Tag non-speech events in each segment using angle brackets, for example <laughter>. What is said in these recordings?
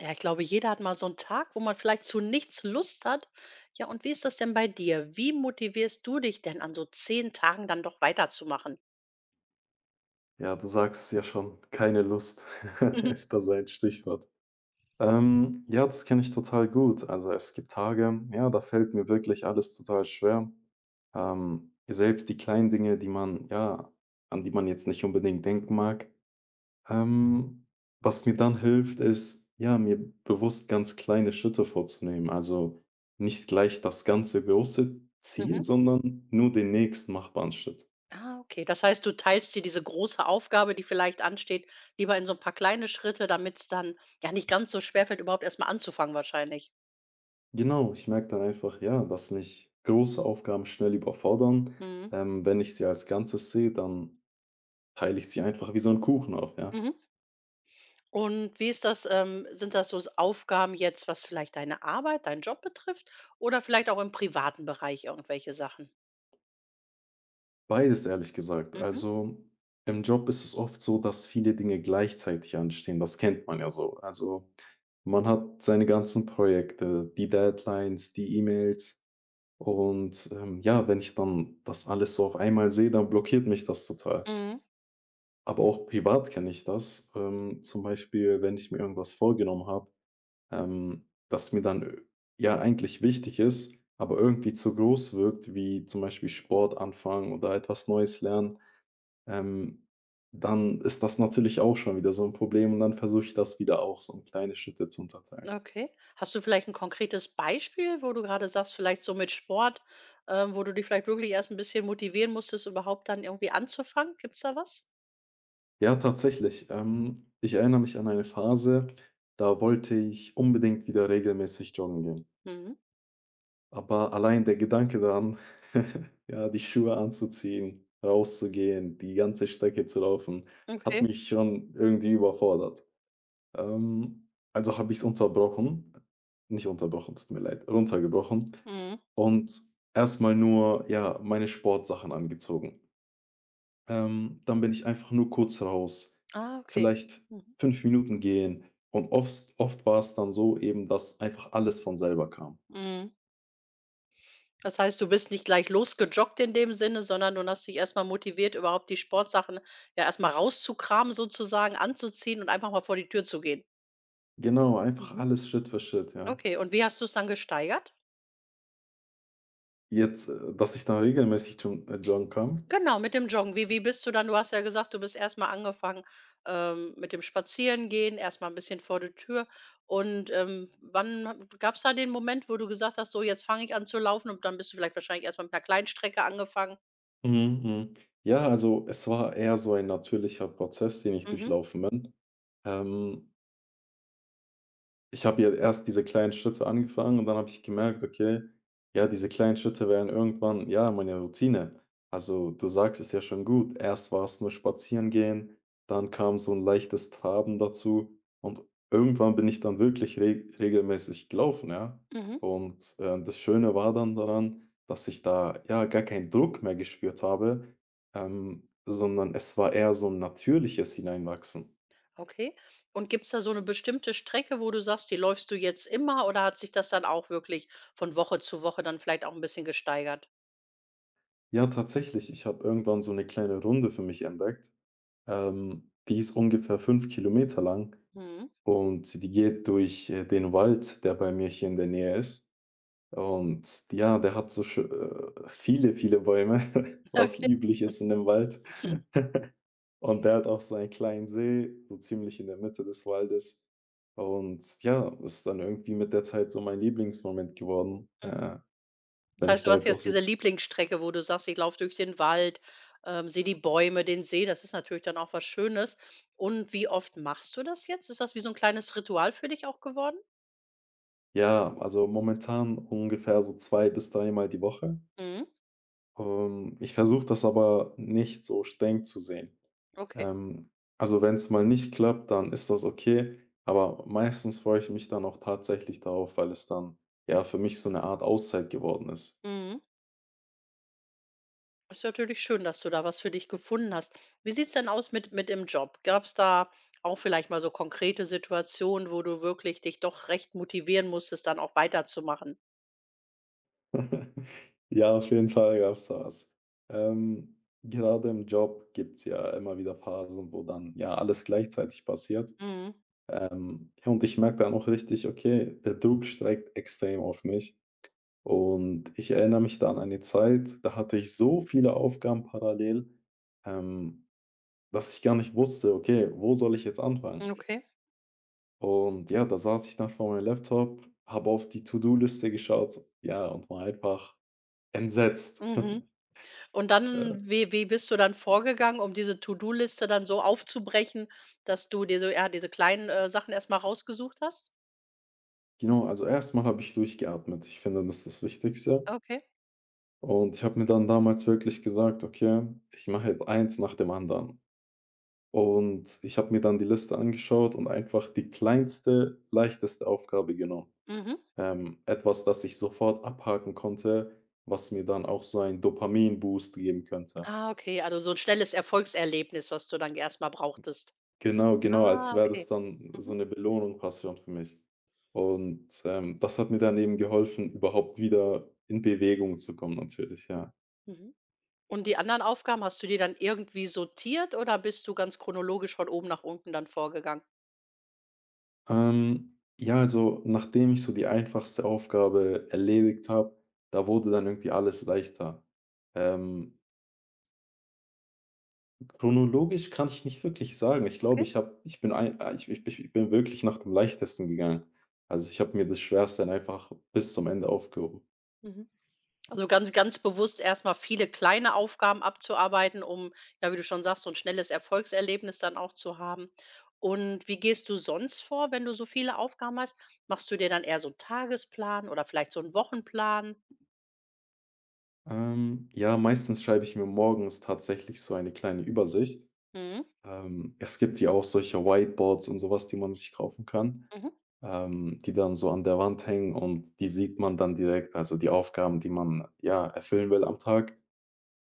Ja, ich glaube, jeder hat mal so einen Tag, wo man vielleicht zu nichts Lust hat. Ja, und wie ist das denn bei dir? Wie motivierst du dich denn an so 10 Tagen dann doch weiterzumachen? Ja, du sagst es ja schon, keine Lust <laughs> Mhm. ist da sein Stichwort. Ja, das kenne ich total gut. Also es gibt Tage, ja, da fällt mir wirklich alles total schwer. Selbst die kleinen Dinge, ja, an die man jetzt nicht unbedingt denken mag. Ähm, was mir dann hilft, ist, ja, mir bewusst ganz kleine Schritte vorzunehmen. Also nicht gleich das ganze große Ziel, Mhm. sondern nur den nächsten machbaren Schritt. Ah, okay. Das heißt, du teilst dir diese große Aufgabe, die vielleicht ansteht, lieber in so ein paar kleine Schritte, damit es dann, ja, nicht ganz so schwer fällt, überhaupt erst mal anzufangen wahrscheinlich. Genau, ich merke dann einfach, ja, dass mich große Aufgaben schnell überfordern. Mhm. Wenn ich sie als Ganzes sehe, dann teile ich sie einfach wie so einen Kuchen auf, ja. Mhm. Und wie ist das, sind das so Aufgaben jetzt, was vielleicht deine Arbeit, deinen Job betrifft oder vielleicht auch im privaten Bereich irgendwelche Sachen? Beides ehrlich gesagt. Mhm. Also, im Job ist es oft so, dass viele Dinge gleichzeitig anstehen. Das kennt man ja so. Also, man hat seine ganzen Projekte, die Deadlines, die E-Mails und, ja, wenn ich dann das alles so auf einmal sehe, dann blockiert mich das total. Mhm. Aber auch privat kenne ich das. Zum Beispiel, wenn ich mir irgendwas vorgenommen habe. Das mir dann, ja, eigentlich wichtig ist, aber irgendwie zu groß wirkt, wie zum Beispiel Sport anfangen oder etwas Neues lernen, ähm, dann ist das natürlich auch schon wieder so ein Problem und dann versuche ich das wieder auch so in kleine Schritte zu unterteilen. Okay. Hast du vielleicht ein konkretes Beispiel, wo du gerade sagst, vielleicht so mit Sport, wo du dich vielleicht wirklich erst ein bisschen motivieren musstest, überhaupt dann irgendwie anzufangen? Gibt's da was? Ja, tatsächlich, ich erinnere mich an eine Phase, da wollte ich unbedingt wieder regelmäßig joggen gehen. Mhm. Aber allein der Gedanke daran, <laughs> ja, die Schuhe anzuziehen, rauszugehen, die ganze Strecke zu laufen, hat Okay. mich schon irgendwie überfordert. Also habe ich es unterbrochen, nicht unterbrochen, tut mir leid, runtergebrochen Mhm. und erstmal nur, ja, meine Sportsachen angezogen. Dann bin ich einfach nur kurz raus, Ah, okay. vielleicht Mhm. 5 Minuten gehen, und oft war es dann so eben, dass einfach alles von selber kam. Mhm. Das heißt, du bist nicht gleich losgejoggt in dem Sinne, sondern du hast dich erst mal motiviert, überhaupt die Sportsachen ja erst mal rauszukramen sozusagen, anzuziehen und einfach mal vor die Tür zu gehen. Genau, einfach Mhm. alles Schritt für Schritt, ja. Okay, und wie hast du es dann gesteigert? Jetzt, dass ich dann regelmäßig zum Joggen kam. Genau, mit dem Joggen. Wie bist du dann du hast ja gesagt, du bist erst mal angefangen, mit dem Spazierengehen, erst mal 'n bisschen vor der Tür. Und, wann ha gab's da den Moment, wo du gesagt hast: „So, jetzt fange ich an zu laufen" und dann bist du vielleicht wahrscheinlich erst mal mit einer kleinen Strecke angefangen? Mhm, mhm. Ja, also es war eher so ein natürlicher Prozess, den ich Mhm, durchlaufen bin. Ähm Ich habe ja erst diese kleinen Schritte angefangen und dann habe ich gemerkt, okay, ja, diese kleinen Schritte werden irgendwann, ja, meine Routine. Also, du sagst es ja schon gut. Erst war es nur spazieren gehen, dann kam so ein leichtes Traben dazu und irgendwann bin ich dann wirklich regelmäßig gelaufen, ja. mhm, Und, das Schöne war dann daran, dass ich da, ja, gar keinen Druck mehr gespürt habe, sondern es war eher so ein natürliches Hineinwachsen. okay. Und gibt's da so eine bestimmte Strecke, wo du sagst, die läufst du jetzt immer oder hat sich das dann auch wirklich von Woche zu Woche dann vielleicht auch ein bisschen gesteigert? Ja, tatsächlich. Ich habe irgendwann so eine kleine Runde für mich entdeckt. Die ist ungefähr 5 Kilometer lang Mhm, und die geht durch, den Wald, der bei mir hier in der Nähe ist. Und ja, der hat so schö viele, viele Bäume, <laughs> was <laughs> üblich ist in dem Wald. okay. Und der hat auch so einen kleinen See, so ziemlich in der Mitte des Waldes. Und ja, ist dann irgendwie mit der Zeit so mein Lieblingsmoment geworden, Mhm. Das wenn ich heißt, da du hast jetzt auch jetzt so diese Lieblingsstrecke, wo du sagst: „Ich laufe durch den Wald, sehe die Bäume, den See." Das ist natürlich dann auch was Schönes. Und wie oft machst du das jetzt? Ist das wie so ein kleines Ritual für dich auch geworden? Ja, also momentan ungefähr so 2 bis dreimal die Woche. Mhm, Ich versuche das aber nicht so streng zu sehen. okay. Ähm, also wenn es mal nicht klappt, dann ist das okay, aber meistens freue ich mich dann auch tatsächlich darauf, weil es dann, ja, für mich so eine Art Auszeit geworden ist. Mhm. Ist natürlich schön, dass du da was für dich gefunden hast. Wie sieht's denn aus mit im Job? Gab's da auch vielleicht mal so konkrete Situationen, wo du wirklich dich doch recht motivieren musstest, dann auch weiterzumachen? <laughs> Ja, auf jeden Fall gab's da was. Gerade im Job gibt's ja immer wieder Phasen, wo dann, ja, alles gleichzeitig passiert. Mhm. Ja, und ich merke dann auch richtig, okay, der Druck steigt extrem auf mich. Und ich erinnere mich da an eine Zeit, da hatte ich so viele Aufgaben parallel, ähm, dass ich gar nicht wusste, okay, wo soll ich jetzt anfangen? Okay. Und ja, da saß ich dann vor meinem Laptop, habe auf die To-Do-Liste geschaut, ja, und war einfach entsetzt. Mhm. <laughs> Und Äh, dann wie bist du dann vorgegangen, um diese To-do-Liste dann so aufzubrechen, dass du dir so ja, diese kleinen, Sachen erst mal rausgesucht hast? genau, also erstmal habe ich durchgeatmet. Ich finde, das ist das Wichtigste. Okay. Und ich habe mir dann damals wirklich gesagt, okay, ich mache jetzt eins nach dem anderen. Und ich habe mir dann die Liste angeschaut und einfach die kleinste, leichteste Aufgabe genommen. Mhm. Etwas, das ich sofort abhaken konnte, was mir dann auch so einen Dopamin-Boost geben könnte. Ah, okay, also so ein schnelles Erfolgserlebnis, was du dann erst mal brauchtest. Genau, genau, als Ah, wäre das okay. dann so Mhm. eine Belohnung fast schon für mich. Und, das hat mir dann eben geholfen, überhaupt wieder in Bewegung zu kommen natürlich, ja. Mhm. Und die anderen Aufgaben, hast du die dann irgendwie sortiert oder bist du ganz chronologisch von oben nach unten dann vorgegangen? Ja, also, nachdem ich so die einfachste Aufgabe erledigt habe, da wurde dann irgendwie alles leichter. Ähm, Chronologisch kann ich nicht wirklich sagen. Ich glaube, Okay. Ich bin wirklich nach dem Leichtesten gegangen. Also, ich habe mir das Schwerste dann einfach bis zum Ende aufgehoben. Mhm. Also, ganz ganz bewusst erstmal viele kleine Aufgaben abzuarbeiten, um, ja, wie du schon sagst, so 'n schnelles Erfolgserlebnis dann auch zu haben. Und wie gehst du sonst vor, wenn du so viele Aufgaben hast? Machst du dir dann eher so einen Tagesplan oder vielleicht so einen Wochenplan? Ja, meistens schreibe ich mir morgens tatsächlich so eine kleine Übersicht. Mhm, Es gibt ja auch solche Whiteboards und sowas, die man sich kaufen kann, mhm. Die dann so an der Wand hängen und die sieht man dann direkt, also die Aufgaben, die man, ja, erfüllen will am Tag.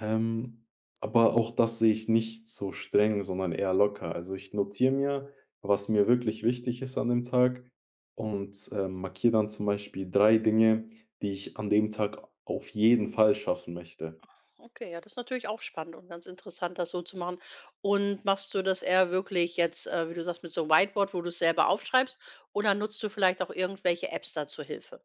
Ähm, aber auch das sehe ich nicht so streng, sondern eher locker. Also, ich notiere mir, was mir wirklich wichtig ist an dem Tag und, markiere dann zum Beispiel 3 Dinge, die ich an dem Tag auf jeden Fall schaffen möchte. Okay, ja, das ist natürlich auch spannend und ganz interessant, das so zu machen. Und machst du das eher wirklich jetzt, wie du sagst, mit so einem Whiteboard, wo du's selber aufschreibst oder nutzt du vielleicht auch irgendwelche Apps da zur Hilfe?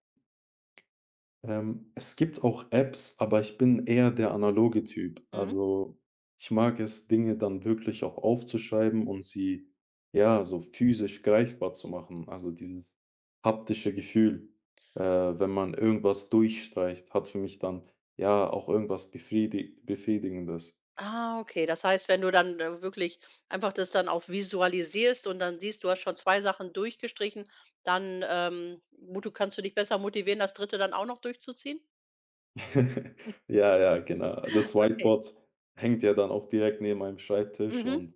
Es gibt auch Apps, aber ich bin eher der analoge Typ. Mhm. Also, ich mag es, Dinge dann wirklich auch aufzuschreiben und sie, ja, so physisch greifbar zu machen. Also dieses haptische Gefühl, wenn man irgendwas durchstreicht, hat für mich dann ja auch irgendwas Befriedigendes. Ah, okay. Das heißt, wenn du dann, wirklich einfach das dann auch visualisierst und dann siehst, du hast schon 2 Sachen durchgestrichen, dann, mut kannst du dich besser motivieren, das Dritte dann auch noch durchzuziehen? <laughs> <laughs> Ja, ja, genau. Das Okay. Whiteboard hängt ja dann auch direkt neben meinem Schreibtisch Mhm, und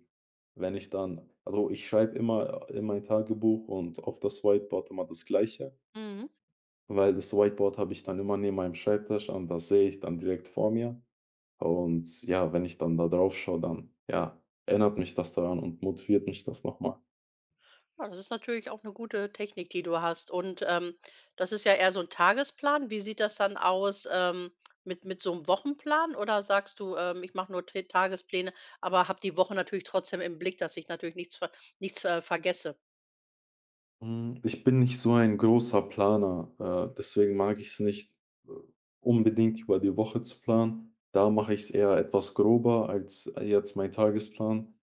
wenn ich dann also, ich schreibe immer in mein Tagebuch und auf das Whiteboard immer das Gleiche, mhm. weil das Whiteboard habe ich dann immer neben meinem Schreibtisch und das sehe ich dann direkt vor mir. Und ja, wenn ich dann da drauf schaue, dann, ja, erinnert mich das daran und motiviert mich das nochmal. Ja, das ist natürlich auch eine gute Technik, die du hast. Und, das ist ja eher so ein Tagesplan. Wie sieht das dann aus, mit so einem Wochenplan oder sagst du: „Ich mache nur T Tagespläne, aber habe die Woche natürlich trotzdem im Blick, dass ich natürlich nichts ver nichts, vergesse?" Hm, ich bin nicht so ein großer Planer, deswegen mag ich es nicht, äh, unbedingt über die Woche zu planen. Da mache ich es eher etwas grober als jetzt mein Tagesplan.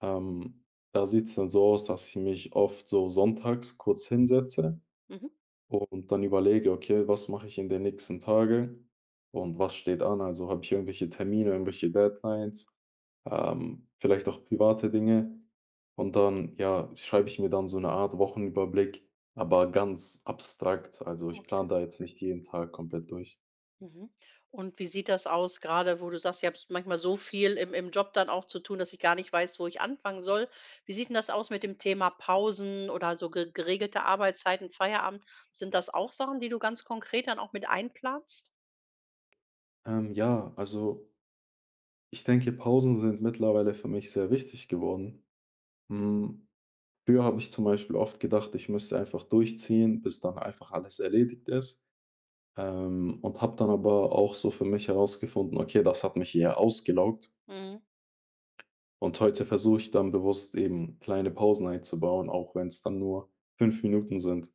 Ähm, da sieht es dann so aus, dass ich mich oft so sonntags kurz hinsetze Mhm. und dann überlege, okay, was mache ich in den nächsten Tagen und was steht an? Also habe ich irgendwelche Termine, irgendwelche Deadlines, vielleicht auch private Dinge. Und dann, ja, schreibe ich mir dann so eine Art Wochenüberblick, aber ganz abstrakt. Also ich Okay. plane da jetzt nicht jeden Tag komplett durch. Mhm. Und wie sieht das aus, gerade wo du sagst, ich habe manchmal so viel im Job dann auch zu tun, dass ich gar nicht weiß, wo ich anfangen soll. Wie sieht 'n das aus mit dem Thema Pausen oder so ge geregelte Arbeitszeiten, Feierabend? Sind das auch Sachen, die du ganz konkret dann auch mit einplanst? Ja, also ich denke, Pausen sind mittlerweile für mich sehr wichtig geworden. Hm, früher habe ich zum Beispiel oft gedacht, ich müsste einfach durchziehen, bis dann einfach alles erledigt ist. Und habe dann aber auch so für mich herausgefunden, okay, das hat mich eher ausgelaugt. Mhm. Und heute versuche ich dann bewusst eben kleine Pausen einzubauen, auch wenn es dann nur 5 Minuten sind.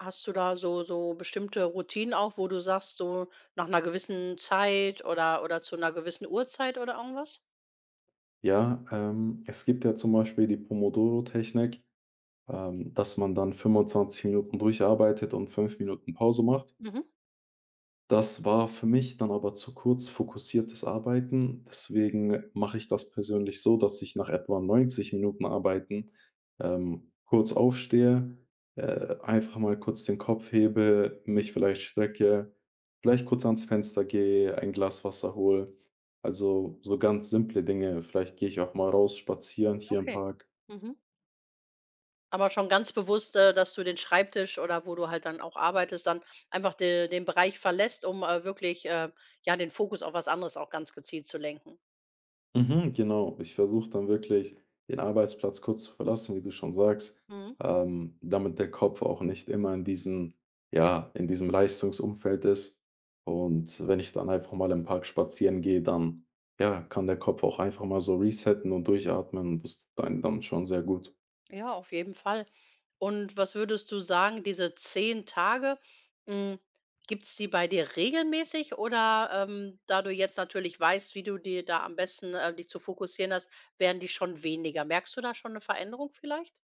Hast du da so bestimmte Routinen auch, wo du sagst, so nach einer gewissen Zeit oder zu einer gewissen Uhrzeit oder irgendwas? Ja, es gibt ja zum Beispiel die Pomodoro-Technik, dass man dann 25 Minuten durcharbeitet und 5 Minuten Pause macht. Mhm, Das war für mich dann aber zu kurz fokussiertes Arbeiten. Deswegen mache ich das persönlich so, dass ich nach etwa 90 Minuten Arbeiten, kurz aufstehe, einfach mal kurz den Kopf hebe, mich vielleicht strecke, vielleicht kurz ans Fenster gehe, ein Glas Wasser hole. Also so ganz simple Dinge. Vielleicht gehe ich auch mal raus spazieren hier im okay. Park. Mhm. Aber schon ganz bewusst, dass du den Schreibtisch oder wo du halt dann auch arbeitest, dann einfach de den Bereich verlässt, um, wirklich, ja, den Fokus auf was anderes auch ganz gezielt zu lenken. Mhm, genau. Ich versuche dann wirklich, den Arbeitsplatz kurz zu verlassen, wie du schon sagst, Mhm. Damit der Kopf auch nicht immer in diesem ja, in diesem Leistungsumfeld ist. Und wenn ich dann einfach mal im Park spazieren gehe, dann, ja, kann der Kopf auch einfach mal so resetten und durchatmen und das tut einem dann schon sehr gut. Ja, auf jeden Fall. Und was würdest du sagen, diese 10 Tage, hm, gibt's die bei dir regelmäßig oder, da du jetzt natürlich weißt, wie du dir da am besten, dich zu fokussieren hast, werden die schon weniger? Merkst du da schon eine Veränderung vielleicht?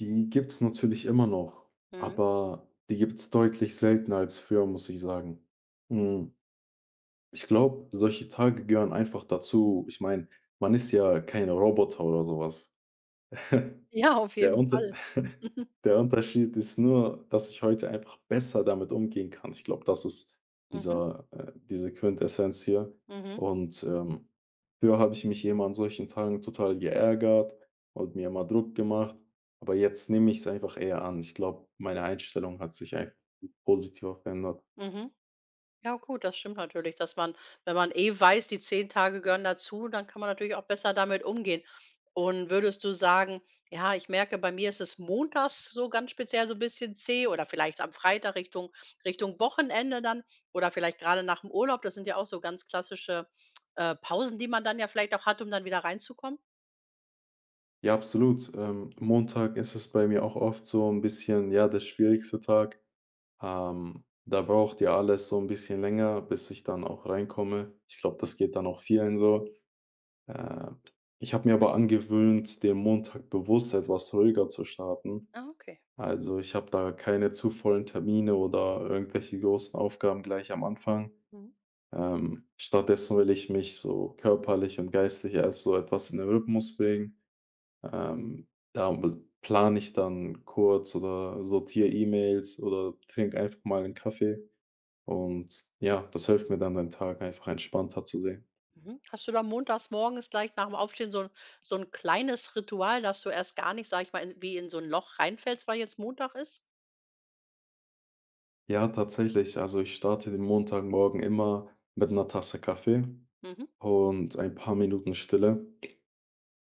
Die gibt's natürlich immer noch, Mhm. aber die gibt's deutlich seltener als früher, muss ich sagen. Mhm. Ich glaube, solche Tage gehören einfach dazu. Ich meine, man ist ja kein Roboter oder sowas. Ja, auf Der jeden Unter Fall. <laughs> Der Unterschied ist nur, dass ich heute einfach besser damit umgehen kann. Ich glaube, das ist Mhm, diese Quintessenz hier. mhm, Und, früher habe ich mich immer an solchen Tagen total geärgert und mir immer Druck gemacht, aber jetzt nehme ich es einfach eher an. Ich glaube, meine Einstellung hat sich einfach positiver verändert. mhm. Ja gut, das stimmt natürlich, dass man wenn man eh weiß, die 10 Tage gehören dazu, dann kann man natürlich auch besser damit umgehen. Und würdest du sagen: „Ja, ich merke, bei mir ist es montags so ganz speziell so 'n bisschen zäh oder vielleicht am Freitag Richtung Wochenende dann oder vielleicht gerade nach dem Urlaub?" Das sind ja auch so ganz klassische, Pausen, die man dann ja vielleicht auch hat, um dann wieder reinzukommen? Ja, absolut. Montag ist es bei mir auch oft so ein bisschen, ja, der schwierigste Tag. Da braucht ja alles so ein bisschen länger, bis ich dann auch reinkomme. Ich glaube, das geht dann auch vielen so. Äh, Ich habe mir aber angewöhnt, den Montag bewusst etwas ruhiger zu starten. Ah, okay. Also, ich habe da keine zu vollen Termine oder irgendwelche großen Aufgaben gleich am Anfang. Mhm. Stattdessen will ich mich so körperlich und geistig erst so etwas in den Rhythmus bringen. Ähm, da plane ich dann kurz oder sortiere E-Mails oder trinke einfach mal einen Kaffee und ja, das hilft mir dann, den Tag einfach entspannter zu sehen. Mhm. Hast du da montags morgens gleich nach dem Aufstehen so ein kleines Ritual, dass du erst gar nicht, sag ich mal, in wie in so ein Loch reinfällst, weil jetzt Montag ist? Ja, tatsächlich, also, ich starte den Montagmorgen immer mit einer Tasse Kaffee Mhm. und ein paar Minuten Stille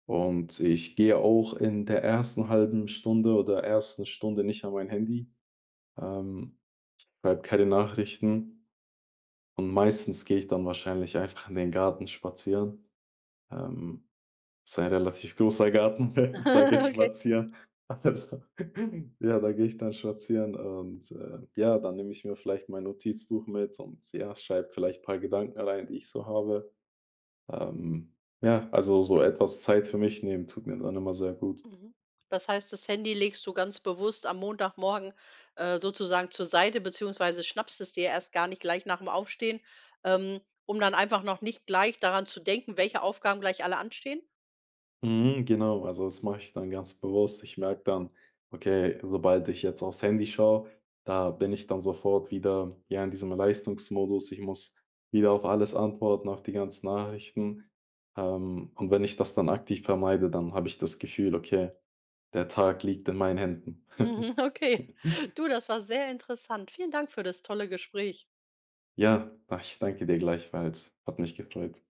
und ich gehe auch in der ersten halben Stunde oder ersten Stunde nicht an mein Handy, ähm, schreibe keine Nachrichten und meistens gehe ich dann wahrscheinlich einfach in den Garten spazieren. Ähm, Ist ein relativ großer Garten. <laughs> Ich sage jetzt <laughs> Okay. spazieren. Also, <laughs> ja, da gehe ich dann spazieren und, ja, dann nehme ich mir vielleicht mein Notizbuch mit und, ja, schreibe vielleicht ein paar Gedanken rein, die ich so habe. Ähm, ja, also so etwas Zeit für mich nehmen tut mir dann immer sehr gut. Mhm. Das heißt, das Handy legst du ganz bewusst am Montagmorgen, sozusagen zur Seite beziehungsweise schnappst es dir erst gar nicht gleich nach dem Aufstehen, um dann einfach noch nicht gleich daran zu denken, welche Aufgaben gleich alle anstehen? Mhm, genau, also das mache ich dann ganz bewusst. Ich merke dann, okay, sobald ich jetzt aufs Handy schaue, da bin ich dann sofort wieder, ja, in diesem Leistungsmodus. Ich muss wieder auf alles antworten, auf die ganzen Nachrichten. Und wenn ich das dann aktiv vermeide, dann habe ich das Gefühl, okay, der Tag liegt in meinen Händen. Mhm, <laughs> okay. Du, das war sehr interessant. Vielen Dank für das tolle Gespräch. Ja, ich danke dir gleichfalls. Hat mich gefreut.